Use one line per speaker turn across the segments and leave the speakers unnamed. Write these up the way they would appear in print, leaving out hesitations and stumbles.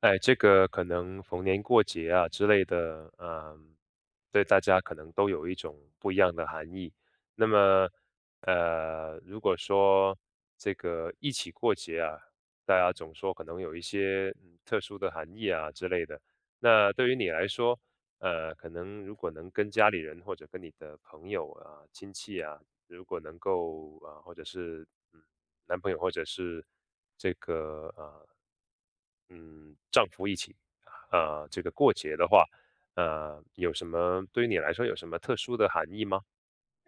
哎，这个可能逢年过节啊之类的，对大家可能都有一种不一样的含义。那么，如果说这个一起过节啊，大家总说可能有一些特殊的含义啊之类的。那对于你来说，可能如果能跟家里人或者跟你的朋友啊、亲戚啊，如果能够啊，或者是嗯男朋友或者是这个嗯丈夫一起啊、这个过节的话，有什么对于你来说有什么特殊的含义吗？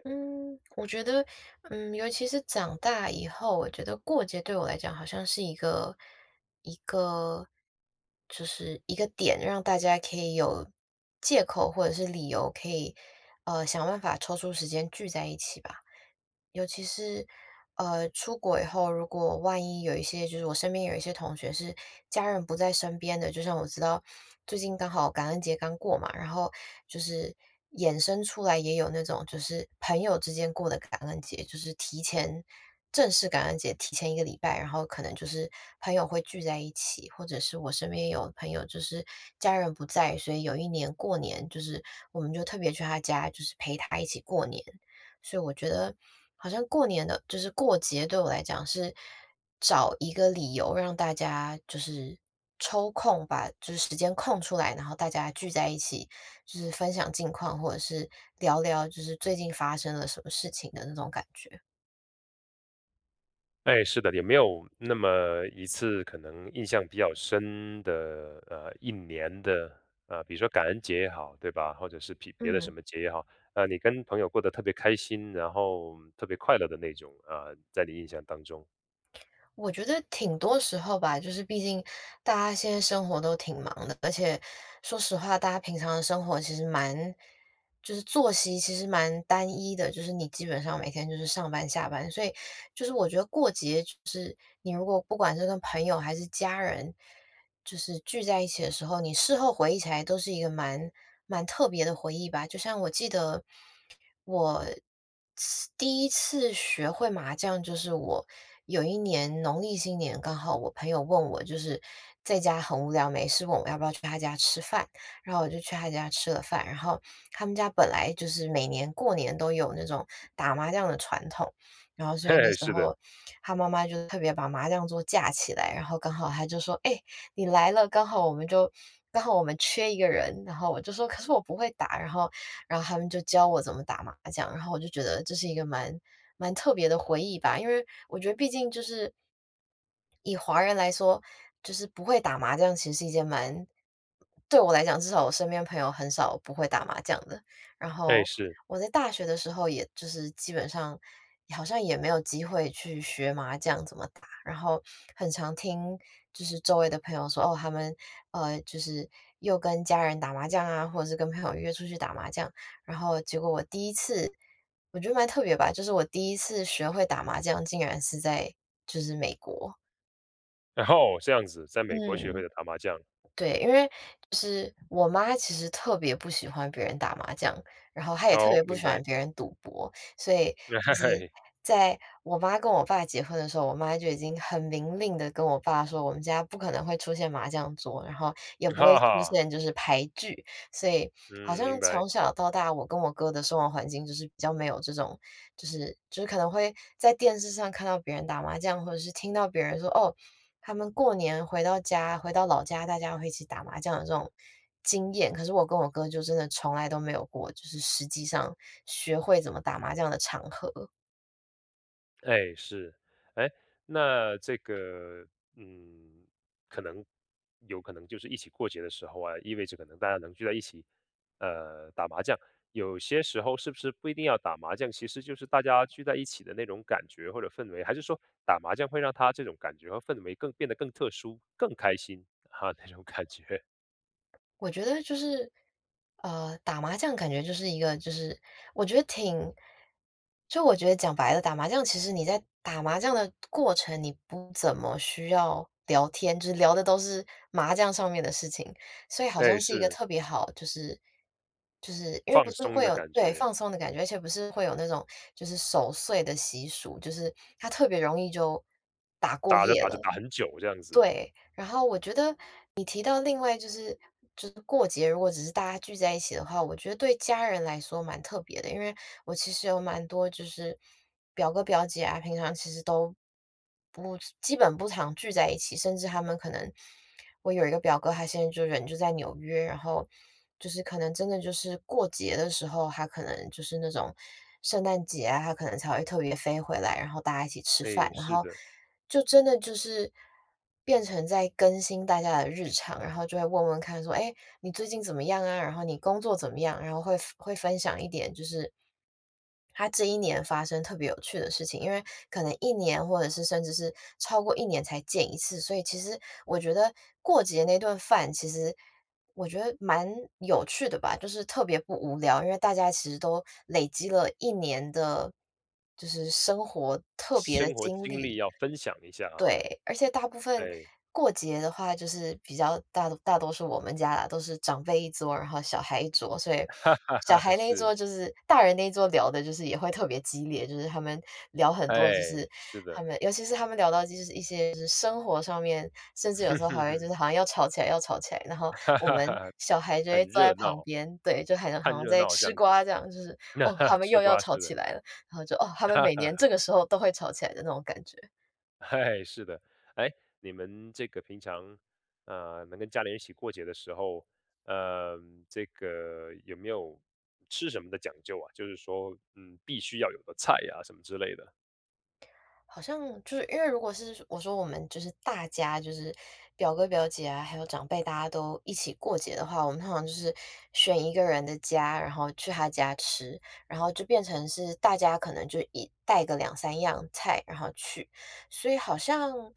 嗯，我觉得，尤其是长大以后，我觉得过节对我来讲好像是一个一个，就是一个点，让大家可以有借口或者是理由，可以想办法抽出时间聚在一起吧。尤其是，出国以后，如果万一有一些就是我身边有一些同学是家人不在身边的，就像我知道最近刚好感恩节刚过嘛，然后就是衍生出来也有那种就是朋友之间过的感恩节，就是提前正式感恩节提前一个礼拜，然后可能就是朋友会聚在一起，或者是我身边有朋友就是家人不在，所以有一年过年就是我们就特别去他家，就是陪他一起过年。所以我觉得好像过年的就是过节对我来讲是找一个理由让大家就是抽空把就是时间空出来，然后大家聚在一起，就是分享近况，或者是聊聊就是最近发生了什么事情的那种感觉。
哎，是的，也没有那么一次可能印象比较深的一年的比如说感恩节也好，对吧？或者是比别的
嗯。
什么节也好，你跟朋友过得特别开心，然后特别快乐的那种啊、在你印象当中，
我觉得挺多时候吧，就是毕竟大家现在生活都挺忙的，而且说实话，大家平常的生活其实就是作息其实蛮单一的，就是你基本上每天就是上班下班，所以就是我觉得过节就是你如果不管是跟朋友还是家人，就是聚在一起的时候，你事后回忆起来都是一个蛮特别的回忆吧。就像我记得我第一次学会麻将，就是我有一年农历新年，刚好我朋友问我，就是在家很无聊没事，问我要不要去他家吃饭，然后我就去他家吃了饭。然后他们家本来就是每年过年都有那种打麻将的传统。然后所
嘿
以那
嘿，
时
是的，
候他妈妈就特别把麻将桌架起来，然后刚好他就说："哎、你来了，刚好我们缺一个人。"然后我就说："可是我不会打。"然后他们就教我怎么打麻将，然后我就觉得这是一个蛮特别的回忆吧，因为我觉得毕竟就是以华人来说，就是不会打麻将其实是一件蛮对我来讲，至少我身边朋友很少不会打麻将的。然
哎
后
是。
我在大学的时候，也就是基本上好像也没有机会去学麻将怎么打。然后很常听就是周围的朋友说，哦，他们就是又跟家人打麻将啊，或者是跟朋友约出去打麻将，然后结果我第一次，我觉得蛮特别吧，就是我第一次学会打麻将，竟然是在就是美国，
然后这样子，在美国学会
嗯。
的打麻将。
对，因为就是我妈其实特别不喜欢别人打麻将，然后她也特
哦，
别不
明
喜欢
白，
别人赌博，所以就是
哎，
在我妈跟我爸结婚的时候，我妈就已经很明令的跟我爸说，我们家不可能会出现麻将桌，然后也不会
哈
出
哈，
现就是牌具，所以好
嗯，明
像
白。
从小到大，我跟我哥的生活环境就是比较没有这种，就是就是可能会在电视上看到别人打麻将，或者是听到别人说哦。他们过年回到家，回到老家，大家会一起打麻将的这种经验，可是我跟我哥就真的从来都没有过，就是实际上学会怎么打麻将的场合。
哎，是，哎，那这个，嗯，可能有可能就是一起过节的时候啊，意味着可能大家能聚在一起，打麻将。有些时候是不是不一定要打麻将，其实就是大家聚在一起的那种感觉或者氛围，还是说打麻将会让他这种感觉和氛围更变得更特殊、更开心啊那种感觉？
我觉得就是，打麻将感觉就是一个，就是我觉得挺，就我觉得讲白了，打麻将其实你在打麻将的过程，你不怎么需要聊天，就是聊的都是麻将上面的事情，所以好
哎，
像是一个
是。
特别好，就是就是因为不
放
是
松
会
的
有
感
对
觉，
放松的感觉，而且不是会有那种就是守岁的习俗，就是它特别容易就打过
打着
夜
打着
了。
打很久这样子。
对，然后我觉得你提到另外就是就是过节，如果只是大家聚在一起的话，我觉得对家人来说蛮特别的，因为我其实有蛮多就是表哥表姐啊，平常其实都不基本不常聚在一起，甚至他们可能我有一个表哥，他现在就人就在纽约，然后就是可能真的就是过节的时候，他可能就是那种圣诞节啊，他可能才会特别飞回来，然后大家一起吃
哎，
饭，然
是
后
的，
就真的就是变成在更新大家的日常，然后就会问问看说："哎，你最近怎么样啊？然后你工作怎么样？"然后会分享一点就是他这一年发生特别有趣的事情，因为可能一年或者是甚至是超过一年才见一次，所以其实我觉得过节那顿饭其实我觉得蛮有趣的吧，就是特别不无聊，因为大家其实都累积了一年的就是生活特别的
生活
经
经历
历。
要分享一下啊，
对，而且大部分
哎，
过节的话，就是比较大多数我们家啦，都是长辈一桌，然后小孩一桌，所以
哈哈
小
哈
孩那一
是，
桌就是大人那一桌聊的，就是也会特别激烈，就是他们聊很多，就
哎，
是
是
他
的，
们尤其是他们聊到就是一些就是生活上面，甚至有时候还会就 是好像要吵起来，然后
哈
我
哈，
们
哈，
小孩就会
很
坐在
热
旁
闹，
边，对，就好
看
像
热
在
闹这
吃
样子，
瓜这样，就是
那
哦，他们又
吃
要
瓜是
吵起
的，
来了，然后就哦，他 们
哈
每年
哈，
这个时候都会吵起来的那种感觉。
哎，是的，哎，你们这个平常，能跟家里人一起过节的时候，嗯，这个有没有吃什么的讲究啊？就是说，嗯，必须要有的菜呀、什么之类的。
好像就是因为如果是我说我们就是大家就是表哥表姐啊，还有长辈，大家都一起过节的话，我们通常就是选一个人的家，然后去他家吃，然后就变成是大家可能就一带个两三样菜，然后去，所以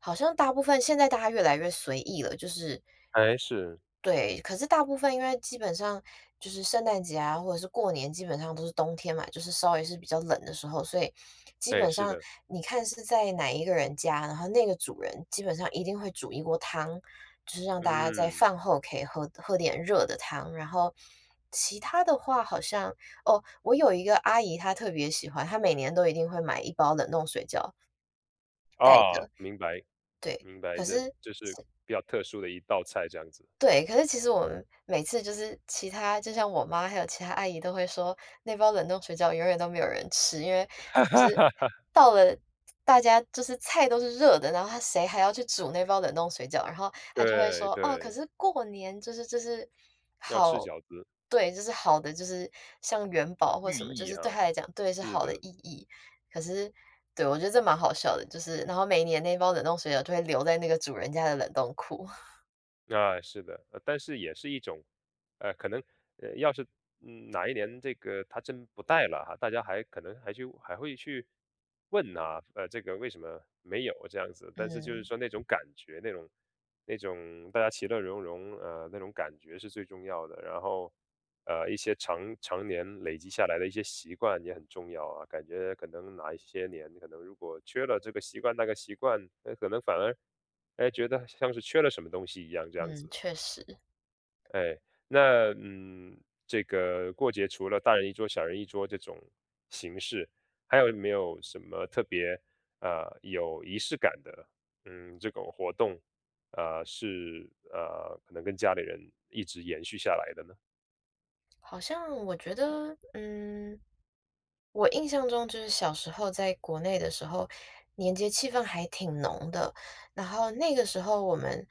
好像大部分现在大家越来越随意了，就是
还是，
对，可是大部分因为基本上就是圣诞节啊，或者是过年，基本上都是冬天嘛，就是稍微是比较冷的时候，所以基
哎，
本
是
上
的，
你看是在哪一个人家，然后那个主人基本上一定会煮一锅汤，就是让大家在
嗯，
饭后可以喝点热的汤。然后其他的话，好像哦，我有一个阿姨，她特别喜欢，她每年都一定会买一包冷冻水饺带
啊，
着，
明白，
对。可
这
是
这是比较特殊的一道菜这样子。
对，可是其实我们每次就是其他就像我妈还有其他阿姨都会说，那包冷冻水饺永远都没有人吃，因为就是 到了大家就是菜都是热的，然后他谁还要去煮那包冷冻水饺？然后她就会
对
说："哦，可
对，
是过年就是
要吃
好
饺子，
对，就是好的，就是像元宝或
寓
什么，就
意
是对她
哈，
来讲，对，是
是
好的
的。
意义。"可是对，我觉得这蛮好笑的，就是然后每年那包冷冻水饺就会留在那个主人家的冷冻库，
啊，是的，但是也是一种，可能，要是哪一年这个他真不带了哈，大家还可能还去还会去问啊，这个为什么没有这样子？但是就是
嗯。
说那种感觉，那种大家其乐融融，那种感觉是最重要的。然后，一些常常年累积下来的一些习惯也很重要啊。感觉可能哪一些年，可能如果缺了这个习惯那个习惯，可能反而。哎，觉得像是缺了什么东西一样这样
嗯，
子。
确实。
哎，那嗯，这个过节除了大人一桌、小人一桌这种形式，还有没有什么特别有仪式感的这种活动，是可能跟家里人一直延续下来的呢？
好像我觉得，嗯，我印象中就是小时候在国内的时候，年节气氛还挺浓的。然后那个时候我们，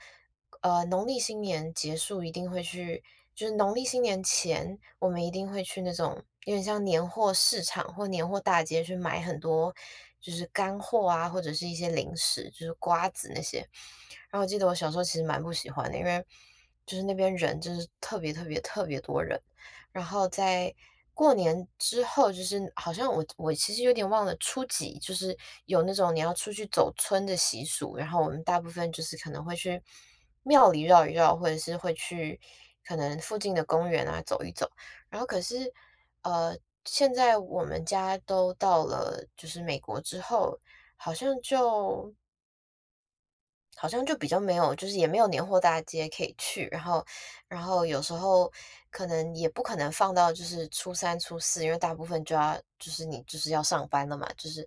农历新年结束一定会去，就是农历新年前，我们一定会去那种有点像年货市场或年货大街去买很多，就是干货啊，或者是一些零食，就是瓜子那些。然后我记得我小时候其实蛮不喜欢的，因为就是那边人就是特别特别特别多人。然后在过年之后，就是好像我其实有点忘了初几，就是有那种你要出去走村的习俗，然后我们大部分就是可能会去庙里绕一绕，或者是会去可能附近的公园啊走一走。然后可是呃，现在我们家都到了就是美国之后，好像就好像就比较没有，就是也没有年货大街可以去，然后有时候可能也不可能放到就是初三、初四，因为大部分就要就是你就是要上班了嘛，就是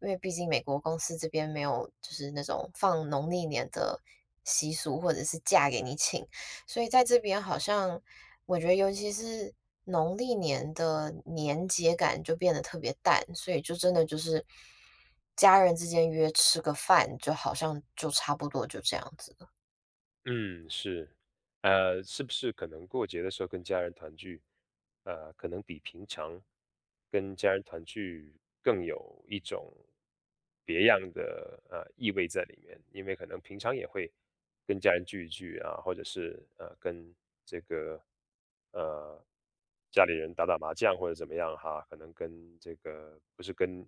因为毕竟美国公司这边没有就是那种放农历年的习俗，或者是假给你请，所以在这边好像我觉得尤其是农历年的年节感就变得特别淡，所以就真的就是家人之间约吃个饭，就好像就差不多就这样子了。
嗯，是，是不是可能过节的时候跟家人团聚，可能比平常跟家人团聚更有一种别样的意味在里面，因为可能平常也会跟家人聚一聚啊，或者是跟这个呃家里人打打麻将或者怎么样哈，可能跟这个不是跟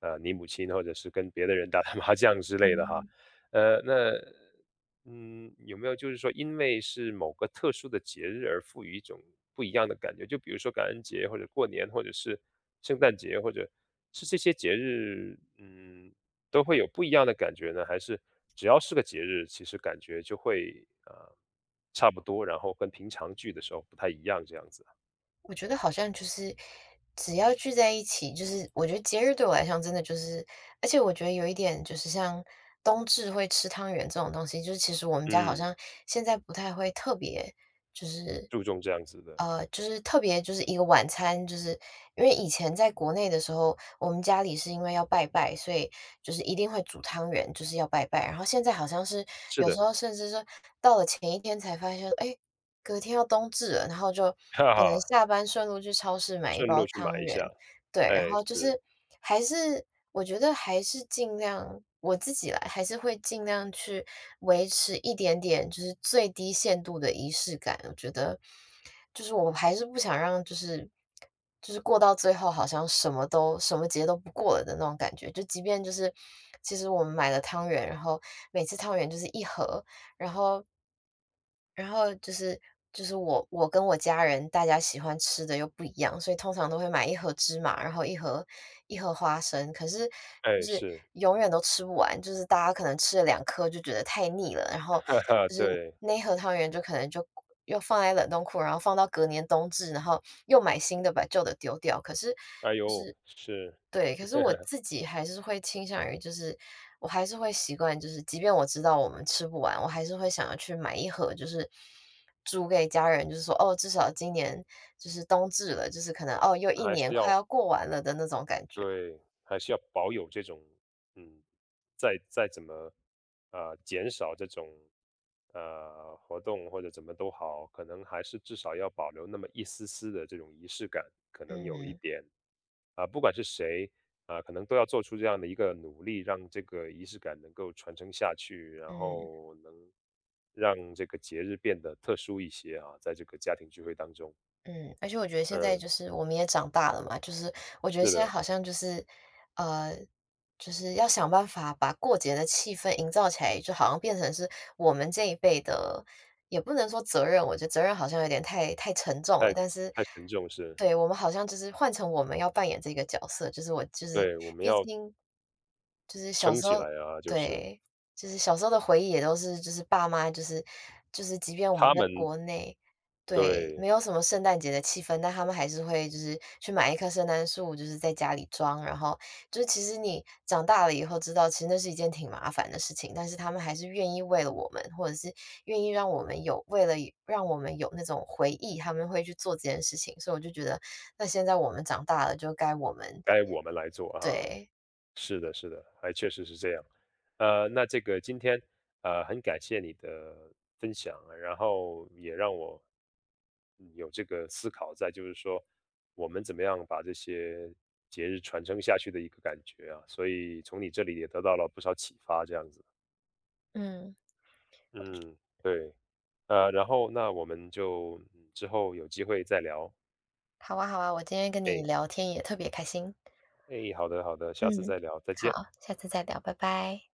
你母亲或者是跟别的人打打麻将之类的哈，
嗯。
那嗯，有没有就是说因为是某个特殊的节日而赋予一种不一样的感觉？就比如说感恩节或者过年，或者是圣诞节，或者是这些节日，嗯，都会有不一样的感觉呢？还是只要是个节日，其实感觉就会啊差不多，然后跟平常聚的时候不太一样这样子？
我觉得好像就是只要聚在一起，就是我觉得节日对我来讲真的就是，而且我觉得有一点就是像冬至会吃汤圆这种东西，就是其实我们家好
嗯，
像现在不太会特别就是
注重这样子的，
就是特别就是一个晚餐，就是因为以前在国内的时候，我们家里是因为要拜拜，所以就是一定会煮汤圆，就是要拜拜。然后现在好像是
是
有
的，
时候甚至说到了前一天才发现，哎，隔天要冬至了，然后就
哈
可能
哈，
下班顺路去超市买一
顺
包
路去买
汤
一
圆，
下，
对，然
哎，
后就
是，
是还是我觉得还是尽量我自己来，还是会尽量去维持一点点，就是最低限度的仪式感。我觉得就是我还是不想让就是过到最后，好像什么都什么节都不过了的那种感觉。就即便就是其实我们买了汤圆，然后每次汤圆就是一盒，然后然后就是我跟我家人大家喜欢吃的又不一样，所以通常都会买一盒芝麻，然后一盒花生。可是就
哎，
是
是，
永远都吃不完，就是大家可能吃了两颗就觉得太腻了，然后
哈哈，
就是
对。
那一盒汤圆就可能就又放在冷冻库，然后放到隔年冬至，然后又买新的把旧的丢掉。可是
哎呦，是，
对，可是我 自己还是会倾向于，就是我还是会习惯，就是即便我知道我们吃不完，我还是会想要去买一盒，就是煮给家人，就是说哦，至少今年就是冬至了，就是可能哦，又一
还
年
是
快
要
要过完了的那种感觉。
对，还是要保有这种，嗯，再怎么，减少这种，活动或者怎么都好，可能还是至少要保留那么一丝丝的这种仪式感，可能有一
嗯
点，啊、不管是谁，啊、可能都要做出这样的一个努力，让这个仪式感能够传承下去，然
嗯。
后能让这个节日变得特殊一些啊，在这个家庭聚会当中，
嗯，而且我觉得现在
嗯。
就是我们也长大了嘛，就是我觉得
是
现在
的，
好像就是，呃，就是要想办法把过节的气氛营造起来，就好像变成是我们这一辈的，也不能说责任，我觉得责任好像有点太沉重了。
太
但是，
太沉重是，
对我们好像就是换成我们要扮演这个角色，就是我就是，
对，我们
毕
要
竟就是小
撑
时
起
候
来啊，就是
对，就是小时候的回忆也都是就是爸妈就是即便我们
他
在
们
国内，对，
对，
没有什么圣诞节的气氛，但他们还是会就是去买一棵圣诞树，就是在家里装，然后就是其实你长大了以后知道，其实那是一件挺麻烦的事情，但是他们还是愿意为了我们，或者是愿意让我们有为了让我们有那种回忆，他们会去做这件事情，所以我就觉得，那现在我们长大了，就该我们
该我们来做啊，
对，
是的，是的，还确实是这样。那这个今天很感谢你的分享，然后也让我有这个思考在，就是说我们怎么样把这些节日传承下去的一个感觉啊，所以从你这里也得到了不少启发，这样子，
嗯。
嗯，对。然后那我们就，嗯，之后有机会再聊。
好啊，好啊，我今天跟你
哎，
聊天也特别开心。
哎，好的好的，下次
嗯。
再聊，再
好，
见。
下次再聊，拜拜。